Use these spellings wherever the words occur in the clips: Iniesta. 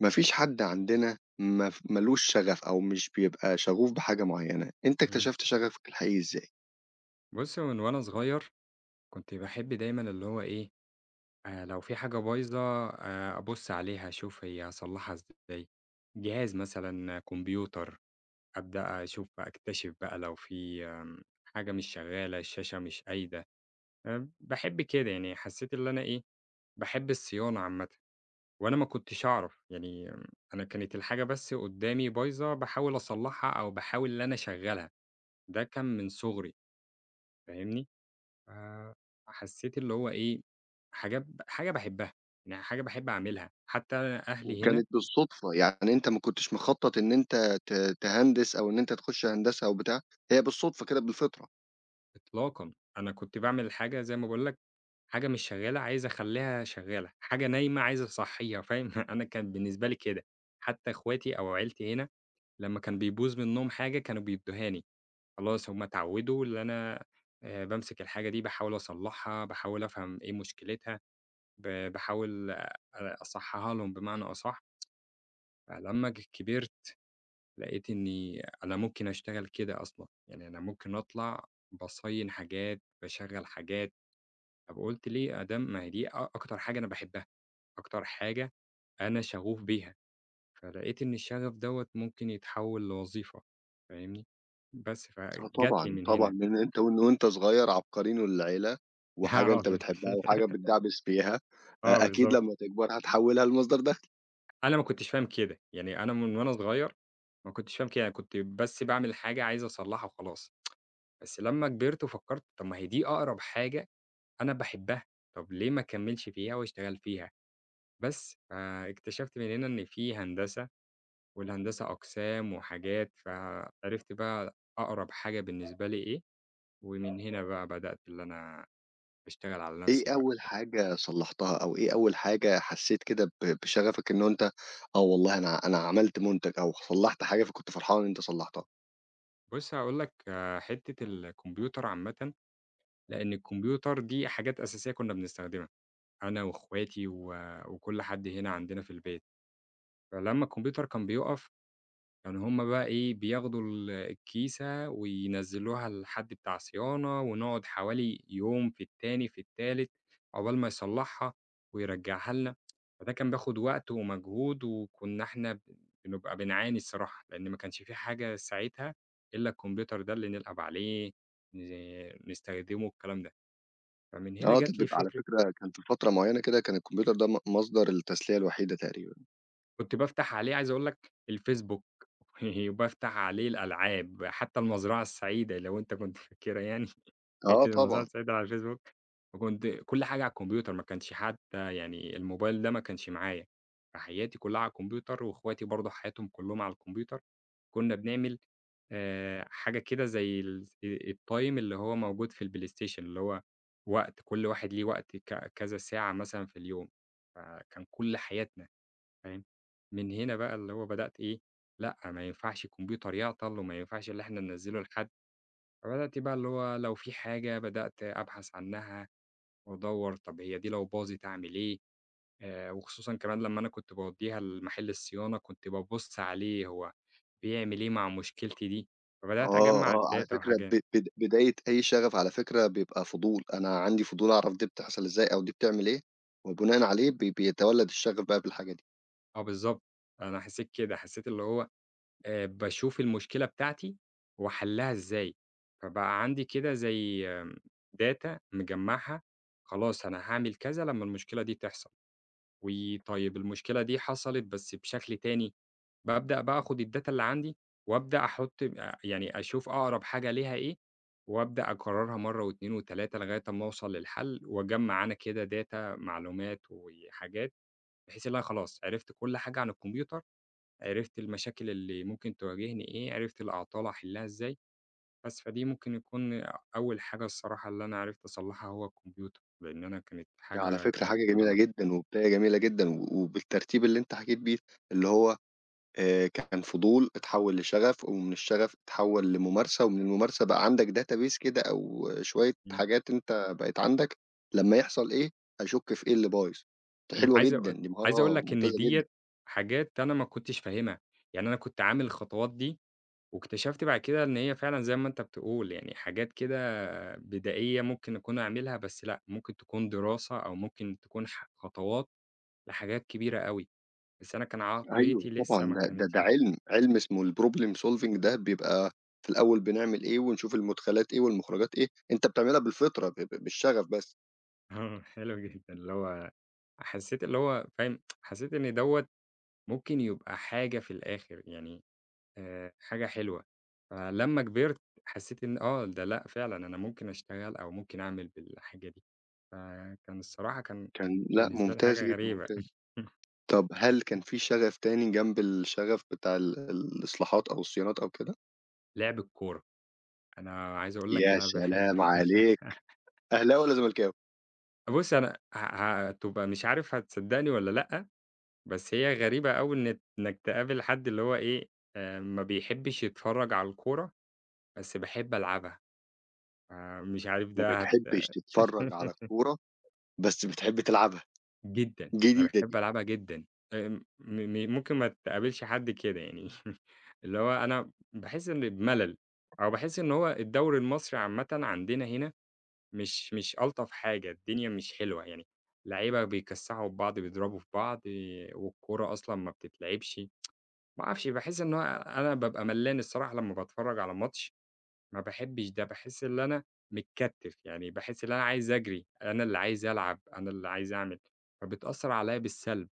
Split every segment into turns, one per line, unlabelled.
ما فيش حد عندنا ما ف مالوش شغف أو مش بيبقى شغوف بحاجة معيّنة، أنت
إمم.
اكتشفت شغفك الحقيقي إزاي؟
بُصّي، من وأنا صغير كنت باحب دايمًا اللي هو إيه، لو في حاجة بايظة أبُص عليها أشوف هي هاصلّحها إزاي، جهاز مثلًا آه، كمبيوتر، أبدأ أشوف أكتشف بقى لو في حاجة مش شغّالة، الشاشة مش قايدة، باحب كده يعني حسّيت اللي أنا إيه، باحب الصيانة عامةً، وأنا ما كنتش أعرف، يعني أنا كانت الحاجة بس قُدّامي بايظة باحاول أصلّحها أو باحاول إن أنا أشغّلها، ده كان من صغري، فاهمني؟ آآ، حسّيت اللي هو إيه، حاجة باحبها، يعني حاجة باحب أعملها، حتى أهلي هنا
وكانت بالصدفة، يعني أنت ما كنتش مخطط إن أنت تهندس أو إن أنت تخش هندسة أو بتاع، هي بالصدفة كده بالفطرة.
إطلاقًا، أنا كنت باعمل حاجة زي ما باقول لك، حاجة مش شغّالة عايز أخلّيها شغّالة، حاجة نايمة عايز أصحّيها فاهم؟ أنا كان بالنسبة لي كده، حتى إخواتي أو عيلتي هنا لمّا كان بيبوظ منّهم حاجة كانوا بيدّوها لي، خلاص هم اتعوّدوا اللي أنا بامسك الحاجة دي باحاول أصلّحها، باحاول أفهم إيه مشكلتها، باحاول أصحّحها لهم بمعنى أصح، فلمّا كبرت لقيت إني أنا ممكن أشتغل كده أصلًا، يعني أنا ممكن أطلع باصَيِّن حاجات، باشغّل حاجات، طب قُلت ليه أدام ما هي دي أكتر حاجة أنا باحبها، أكتر حاجة أنا شغوف بيها، فلقيت إن الشغف دوّة ممكن يتحوّل لوظيفة فاهمني، بس
آه
فجات لي
طبعًا،
من
طبعًا،
هنا
لإن أنت من وأنت صغير عبقريين والعيلة، وحاجة
آه
أنت بتحبها وحاجة بتدعبس فيها،
آه
أكيد
بالضبط،
لمّا تكبر هتحوّلها لمصدر دخل.
أنا ما كنتش فاهم كده، يعني أنا من وأنا صغير ما كنتش فاهم كده، أنا كنت بس باعمل حاجة عايز أصلّحها وخلاص، بس لمّا كبرت وفكّرت طب ما هي دي أقرب حاجة أنا باحبها، طب ليه ما أكمّلش فيها وأشتغل فيها؟ بس، فاكتشفت من هنا إن في هندسة، والهندسة أقسام وحاجات، فعرفت بقى أقرب حاجة بالنسبة لي إيه، ومن هنا بقى بدأت اللي أنا أشتغل على نَفْسي
إيه
بقى
أول
وكده.
حاجة صلّحتها، أو إيه أول حاجة حسّيت كده بشغفك إنه أنت آه والله أنا عملت منتج أو صلّحت حاجة فكنت فرحان إن أنت صلّحتها؟
بُص هاقول لك حتّة الكمبيوتر عامةً، لإن الكمبيوتر دي حاجات أساسية كُنّا بنستخدمها، أنا وأخواتي وكل حد هنا عندنا في البيت، فلمّا الكمبيوتر كان بيُقف كانوا هُم بقى إيه، بياخدوا الكيسة وينزّلوها لحد بتاع صيانة، ونقعد حوالي يوم، في التاني، في التالت، عقبال ما يصلّحها ويرجّعها لنا، فده كان بياخد وقت ومجهود، وكنا إحنا بنبقى بنعاني الصراحة، لإن ما كانش في حاجة ساعتها إلا الكمبيوتر ده اللي نلعب عليه، نستخدمه الكلام ده، فمن هنا
آه، ده
جات لي
بيبقى على
فكرة
فكرة كان في فترة معيّنة كده كان الكمبيوتر ده مصدر التسلية الوحيدة تقريبًا.
كنت بافتح عليه عايز أقول لك الفيسبوك، وبافتح عليه الألعاب، حتى المزرعة السعيدة لو أنت كنت فاكرها يعني.
آه
حتّة المزرعة
طبعًا.
سعيدة على الفيسبوك، فكنت كل حاجة على الكمبيوتر ما كانش حتى يعني الموبايل ده ما كانش معايا، فحياتي كلّها على الكمبيوتر وأخواتي برضه حياتهم كلّهم على الكمبيوتر، كُنّا بنعمل حاجة كده زي ال الtime اللي هو موجود في الPlayStation اللي هو وقت كل واحد ليه وقت كذا ساعة مثلًا في اليوم، فكان كل حياتنا فاهم، من هنا بقى اللي هو بدأت إيه، لأ ما ينفعش الكمبيوتر يعطل وما ينفعش اللي إحنا ننزّله لحد. فبدأت بقى اللي هو لو في حاجة بدأت أبحث عنها وأدوّر طب هي دي لو باظت أعمل إيه، وخصوصًا كمان لمّا أنا كنت باودّيها لمحل الصيانة كنت بابُص عليه هو بيعمل إيه مع مشكلتي دي، فبدأت
آه،
أجمّع
آه، على
الdata
فكرة
وحاجات.
ب بد بداية أي شغف على فكرة بيبقى فضول، أنا عندي فضول أعرف دي بتحصل إزاي أو دي بتعمل إيه، وبناءً عليه بيتولّد الشغف بقى بالحاجة دي.
آه بالضبط، أنا حسيت كده، حسيت اللي هو باشوف المشكلة بتاعتي وأحلّها إزاي، فبقى عندي كده زي data مجمّعها، خلاص أنا هاعمل كذا لمّا المشكلة دي تحصل، وطيب المشكلة دي حصلت بس بشكل تاني. بابدأ بقى آخُد الdata اللي عندي وأبدأ أحُط يعني أشوف أقرب حاجة ليها إيه، وأبدأ أكرّرها مرّة و2 و3 لغاية أمّا أوصل للحل وأجمّع أنا كده data معلومات وحاجات، بحيث اللي أنا خلاص عرفت كل حاجة عن الكمبيوتر، عرفت المشاكل اللي ممكن تواجهني إيه، عرفت الأعطال أحلّها إزاي، بس. فدي ممكن يكون أول حاجة الصراحة اللي أنا عرفت أصلّحها هو الكمبيوتر، لإن أنا كانت
ده على
حاجة
فكرة
حياتي
حاجة
كُلّها
جميلة
معاه.
جدًا، وبداية جميلة جدًا، وبالترتيب اللي أنت حكيت بيه، اللي هو كان فضول اتحوّل لشغف، ومن الشغف اتحوّل لممارسة، ومن الممارسة بقى عندك database كده أو شوية
إمم.
حاجات أنت بقت عندك لمّا يحصل إيه، أشُك في إيه اللي بايظ. دي
إمم،
حلوة
عايز
جدًا،
أقو
دي
عايز أقول
مهارة
لك إن
ممتازة جدًا.
ديّة حاجات أنا ما كنتش فاهمها، يعني أنا كنت عامل الخطوات دي، واكتشفت بعد كده إن هي فعلًا زي ما أنت بتقول، يعني حاجات كده بدائية ممكن أكون أعملها، بس لأ، ممكن تكون دراسة أو ممكن تكون خطوات لحاجات كبيرة أوي، بس أنا كان
أيوه
عقليتي لسه
طبعًا،
ما
ده ده
كانتش
ده علم، علم اسمه الproblem solving ده بيبقى في الأول بنعمل إيه، ونشوف المدخلات إيه والمخرجات إيه، أنت بتعملها بالفطرة، ب ب بالشغف بس.
آه، حلو جدًا، اللي هو حسيت اللي هو فاهم، حسيت إن دوّة ممكن يبقى حاجة في الآخر، يعني حاجة حلوة، فلمّا كبرت حسّيت إن آه، ده لأ فعلًا أنا ممكن أشتغل أو ممكن أعمل بالحاجة دي، فكان الصراحة كان
كان لأ
بالنسبة لي
ممتاز
حاجة
جدًا،
غريبة.
ممتاز. طَب هل كان في شغف تاني جنب الشغف بتاع الإصلاحات أو الصيانات أو كده؟
لعب الكورة، أنا عايز أقول لك إن
يا
أنا باحب
سلام عليك! أهلاوي والّا زملكاوي؟
بُص أنا ه هتبقى مش عارف هتصدّقني والّا لأ، بس هي غريبة أوي إن إنك تقابل حد اللي هو إيه، ما بيحبش يتفرّج على الكورة، بس باحب ألعبها، فمش عارف
ما
ده هت
بتحبش تتفرّج على الكورة، بس بتحب تلعبها،
جدًا، أنا
جديدة
باحب
دي.
ألعبها جدًا، آمم، م م ممكن ما تقابلش حد كده يعني اللي هو أنا باحس إن بملل، أو باحس إن هو الدوري المصري عامةً عندنا هنا مش ألطف حاجة، الدنيا مش حلوة يعني، لعيبة بيكسّحوا في بعض، بيضربوا في بعض، إيه، والكورة أصلًا ما بتتلعبش، ما أعرفش باحس إن هو أنا بابقى ملّان الصراحة لمّا باتفرج على ماتش ما باحبّش ده، باحس اللي أنا متكتِّف، يعني باحس اللي أنا عايز أجري، أنا اللي عايز ألعب، أنا اللي عايز أعمل، فبتأثّر عليّا بالسلب،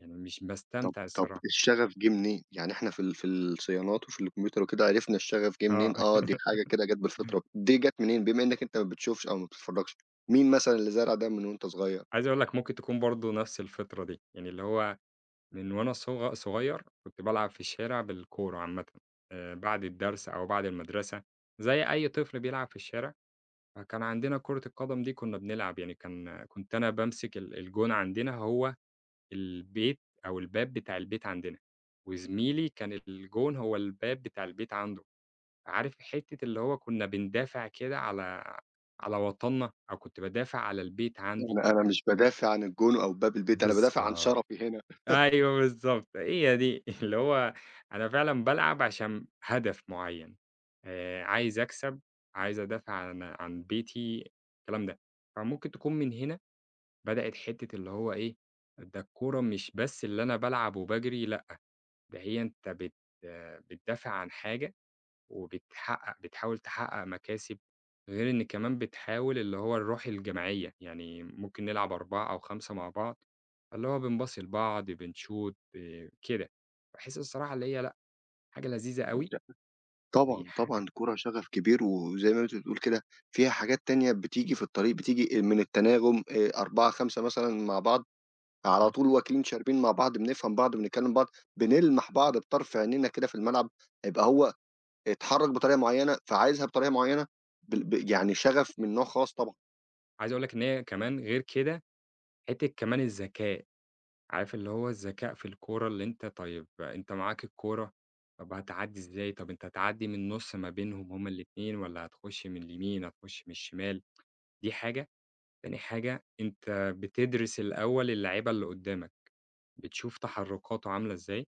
يعني مش
طب
باستمتع
طب
الصراحة.
الشغف جِه منين؟ يعني إحنا في الصيانات وفي الكمبيوتر وكده عرفنا الشغف جِه
آه،
منين، آه، دي حاجة كده جات بالفطرة، دي جات منين بما إنّك أنت ما بتشوفش أو ما بتتفرّجش؟ مين مثلًا اللي زرع ده من وأنت صغير؟
عايز أقول لك ممكن تكون برضه نَفْس الفطرة دي، يعني اللي هو من وأنا صغير كنت بالعب في الشارع بالكورة عامةً، بعد الدرس أو بعد المدرسة زي أي طفل بيلعب في الشارع، فكان عندنا كرة القدم دي كُنّا بنلعب، يعني كنت أنا بامسك الجون عندنا هو البيت أو الباب بتاع البيت عندنا، وزميلي كان الجون هو الباب بتاع البيت عنده، عارف حتّة اللي هو كنا بندافع كده على وطنّا، أو كنت بادافع على البيت عندي.
أنا مش بادافع عن الجون أو باب البيت، أنا بادافع عن
بالضبط.
شرفي
أيوه بالضبط، هي دي اللي هو أنا فعلًا بالعب عشان هدف معيّن، عايز أكسب، عايز أدافع عن بيتي، الكلام ده. فممكن تكون من هنا بدأت حتّة اللي هو إيه، ده الكورة مش بس اللي أنا بالعب وباجري لأ. ده هي أنت بت بتدافع عن حاجة، بتحاول تحقق مكاسب، غير إن كمان بتحاول اللي هو الروح الجماعية، يعني ممكن نلعب 4 أو 5 مع بعض، فاللي هو بنباصي لبعض، بنشوط، ب كده. باحس الصراحة اللي هي لأ، حاجة لذيذة أوي،
هنا. طبعًا، طبعًا
وحاجة
الكورة شغف كبير، وزي ما أنتِ بتقول كده فيها حاجات تانية بتيجي في الطريق، بتيجي من التناغم 4، 5 مثلًا مع بعض، على
إمم،
طول واكلين شاربين مع بعض، بنفهم بعض، بنتكلم بعض، بنلمح بعض بطرف عينينا كده في الملعب، يبقى هو اتحرك بطريقة معينة، فعايزها بطريقة معينة، بال ب يعني شغف من نوع خاص طبعًا.
عايز أقول لك إن هي كمان غير كده، حتة كمان الذكاء. عارف اللي هو الذكاء في الكورة اللي أنت طيب أنت معاك الكورة، طب هتعدّي إزاي، طب أنت هتعدّي من النُص ما بينهم هُم الاتنين والّا هتخش من اليمين، هتخش من الشمال، دي حاجة. تاني حاجة أنت بتدرس الأول اللعيبة اللي قدّامك، بتشوف تحرُّكاته عاملة إزاي،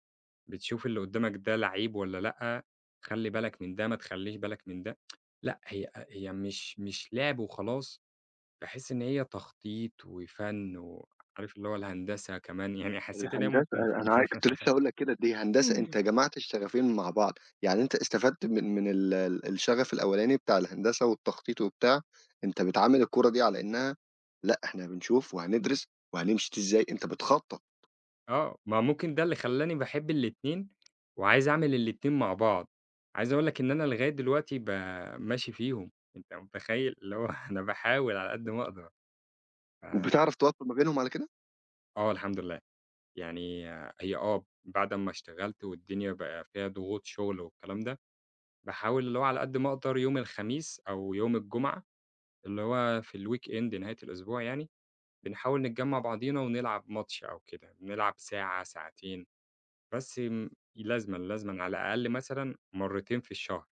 بتشوف اللي قدّامك ده لعيب والّا لأ، خلّي بالك من ده، ما تخلّيش بالك من ده. لأ، هي مش لعب وخلاص، باحس إن هي تخطيط وفَن وعارف اللي هو الهندسة كمان، يعني حسّيت إن هي
الهندسة
ممكن
أنا كنت لسه هاقول لك كده، دي هندسة أنت جمعت الشغفين مع بعض، يعني أنت استفدت من ال ال الشغف الأولاني بتاع الهندسة والتخطيط وبتاع، أنت بتعامل الكورة دي على إنها لأ، إحنا بنشوف وهندرس وهنمشي دي إزاي، أنت بتخطط
آه، ما ممكن ده اللي خلّاني باحب الاتنين وعايز أعمل الاتنين مع بعض. عايز أقول لك إن أنا لغاية دلوقتي ماشي فيهم، أنت متخيّل؟ اللي هو أنا باحاول على قد ما أقدر. ف
وبتعرف توفّق ما بينهم على كده؟
آه الحمد لله. يعني آه، هي آه، بعد أمّا اشتغلت والدنيا بقى فيها ضغوط شُغل والكلام ده، باحاول اللي هو على قد ما أقدر يوم الخميس أو يوم الجمعة، اللي هو في الweekend نهاية الأسبوع يعني بنحاول نتجمّع بعضينا ونلعب ماتش أو كده، نلعب ساعة، ساعتين، بس م لازمًا، لازمًا على الأقل مثلًا مرّتين في الشهر،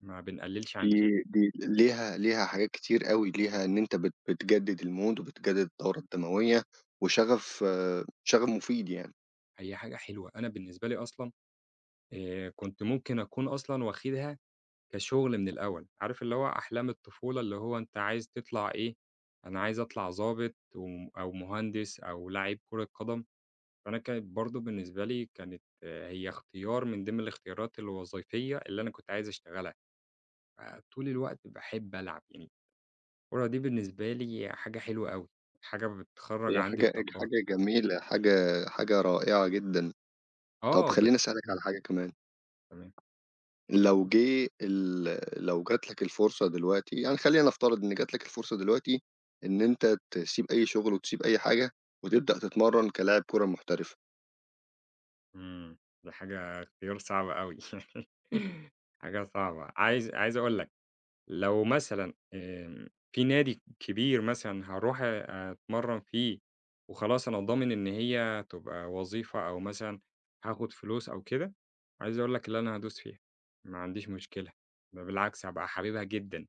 ما بنقلّلش عن كده،
دي دي ليها حاجات كتير أوي، ليها إن أنت بتجدد المود وبتجدد الدورة الدموية وشغف مفيد يعني،
هي حاجة حلوة، أنا بالنسبة لي أصلًا كنت ممكن أكون أصلًا واخدها كشغل من الأول، عارف اللي هو أحلام الطفولة اللي هو أنت عايز تطلع إيه، أنا عايز أطلع ضابط أو مهندس أو لعيب كرة قدم، فأنا كانت برضه بالنسبة لي كانت آه، هي اختيار من ضمن الاختيارات الوظيفية اللي أنا كنت عايز أشتغلها. آه، طول الوقت باحب ألعب، يعني الكورة دي بالنسبة لي حاجة حلوة أوي، حاجة بتخرّج
هي
عندي
حاجة
الطاقات
حاجة جميلة، حاجة رائعة جدًا. طب
آه بت
خلّيني أسألك
إمم.
على حاجة كمان،
تمام،
لو جه ال لو جات لك الفرصة دلوقتي يعني خلّينا نفترض إن جات لك الفرصة دلوقتي إن أنت تسيب أي شغل وتسيب أي حاجة، وتبدأ تتمرّن كلاعب كورة محترف،
إمم، دي حاجة اختيار صعب أوي حاجة صعبة، عايز أقول لك لو مثلًا في نادي كبير مثلًا هاروح أتمرّن فيه وخلاص أنا ضامن إن هي تبقى وظيفة أو مثلًا هاخد فلوس أو كده، عايز أقول لك اللي أنا هادوس فيها، ما عنديش مشكلة، ده بالعكس هابقى حاببها جدًا،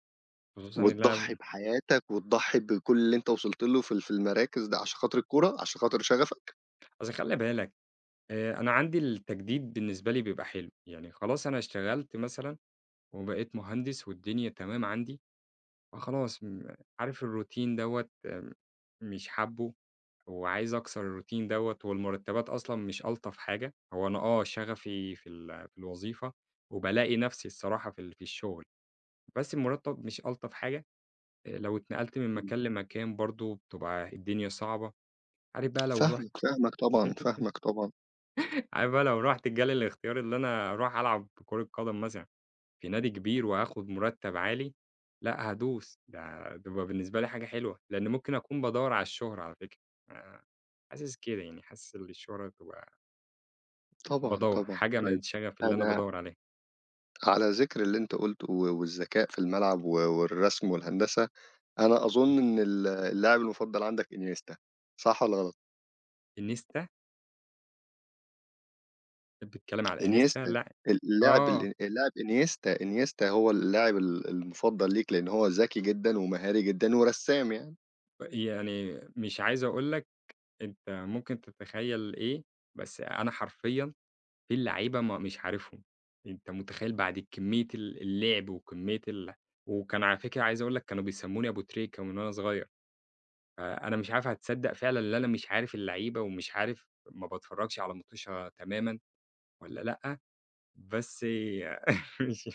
خصوصًا إن
وتضحّي
أنا
بحياتك وتضحّي بكل اللي أنت وصلت له في المراكز ده عشان خاطر الكورة، عشان خاطر شغفك؟
أصل خلِّ بالك أنا عندي التجديد بالنسبة لي بيبقى حلو، يعني خلاص أنا اشتغلت مثلًا وبقيت مهندس والدنيا تمام عندي، فخلاص م عارف الروتين دوّة مش حابُّه وعايز أكسر الروتين دوّة والمرتبات أصلًا مش ألطف حاجة، هو أنا آه شغفي في في الوظيفة وبالاقي نفسي الصراحة في في الشغل، بس المرتب مش ألطف حاجة، لو اتنقلت من
إمم.
مكان لمكان برضه بتبقى الدنيا صعبة، عارف بقى لو
فاهمك، فاهمك طبعًا، فاهمك طبعًا،
عارف بقى لو رُحت جالي الاختيار اللي أنا أروح ألعب كرة قدم مثلًا في نادي كبير وهاخد مرتب عالي، لأ هادوس، ده تبقى بالنسبة لي حاجة حلوة، لإن ممكن أكون بادوّر على الشهرة على فكرة، آآ حاسس كده يعني، حاسس إن الشهرة تبقى
طبعًا،
بادوّر،
طبعًا.
حاجة من
طيب
الشغف اللي أنا
أنا
بادوّر عليها.
على ذِكر اللي أنت قُلته والذكاء في الملعب والرسم والهندسة أنا أظن إن اللاعب المفضل عندك إنيستا، صح والّا غلط؟
إنستا؟ بتتكلم على إنستا؟
إنيستا
لأ
ال اللاعب ال
آه،
اللاعب إنيستا، إنيستا هو اللاعب المفضل ليك لإن هو ذكي جدًا ومهاري جدًا ورسّام يعني،
يعني مش عايز أقول لك أنت ممكن تتخيل إيه، بس أنا حرفيًا في لعيبة ما مش عارفهم، أنت متخيّل بعد كمية اللعب وكمية ال وكان على فكرة عايز أقول لك كانوا بيسمّوني أبو تريكة من وأنا صغير، فأنا مش عارف هتصدّق فعلًا اللي أنا مش عارف اللعيبة ومش عارف ما باتفرّجش على مُطوشة تمامًا والّا لأ، بس مش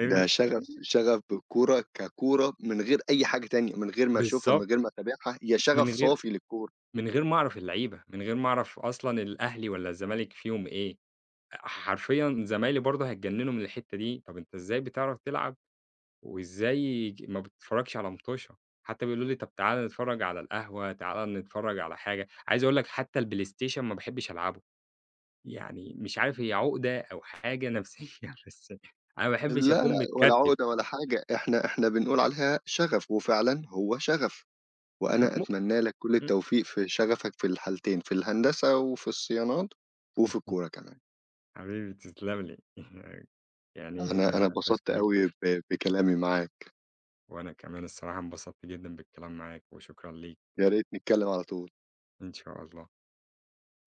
ده شغف بالكورة ككورة من غير أي حاجة تانية، من غير ما أشوفها، من
بالضبط،
غير ما أتابعها، هي شغف
من غير
صافي للكورة.
من غير ما أعرف اللعيبة، من غير ما أعرف أصلًا الأهلي والّا الزمالك فيهم إيه، حرفيًا زمايلي برضه هيتجنّنوا من الحتّة دي، طَب أنت إزاي بتعرف تلعب وإزاي ما بتتفرّجش على مُطوشة، حتى بيقولوا لي: "طَب تعالَ نتفرّج على القهوة، تعالَ نتفرّج على حاجة." عايز أقول لك حتى الPlayStation ما باحبش ألعبه، يعني مش عارف هي عُقدة أو حاجة نفسيّة بس أنا ما باحبش
لا، لأ،
أكون
ولا
متكتِّف.
عقدة ولا حاجة، إحنا بنقول عليها شغف وفعلًا هو شغف.
م
وأنا أتمنى لك كل التوفيق في شغفك في الحالتين، في الهندسة وفي الصيانات وفي
م-
الكورة كمان.
حبيبي تسلم لي، يعني
أنا
ده
اتبسطت
باشكرك جدًا،
أوي بكلامي معاك،
وأنا كمان الصراحة انبسطت جدًا بالكلام معاك وشكرًا ليك،
يا ريت نتكلم على طول.
إن شاء الله.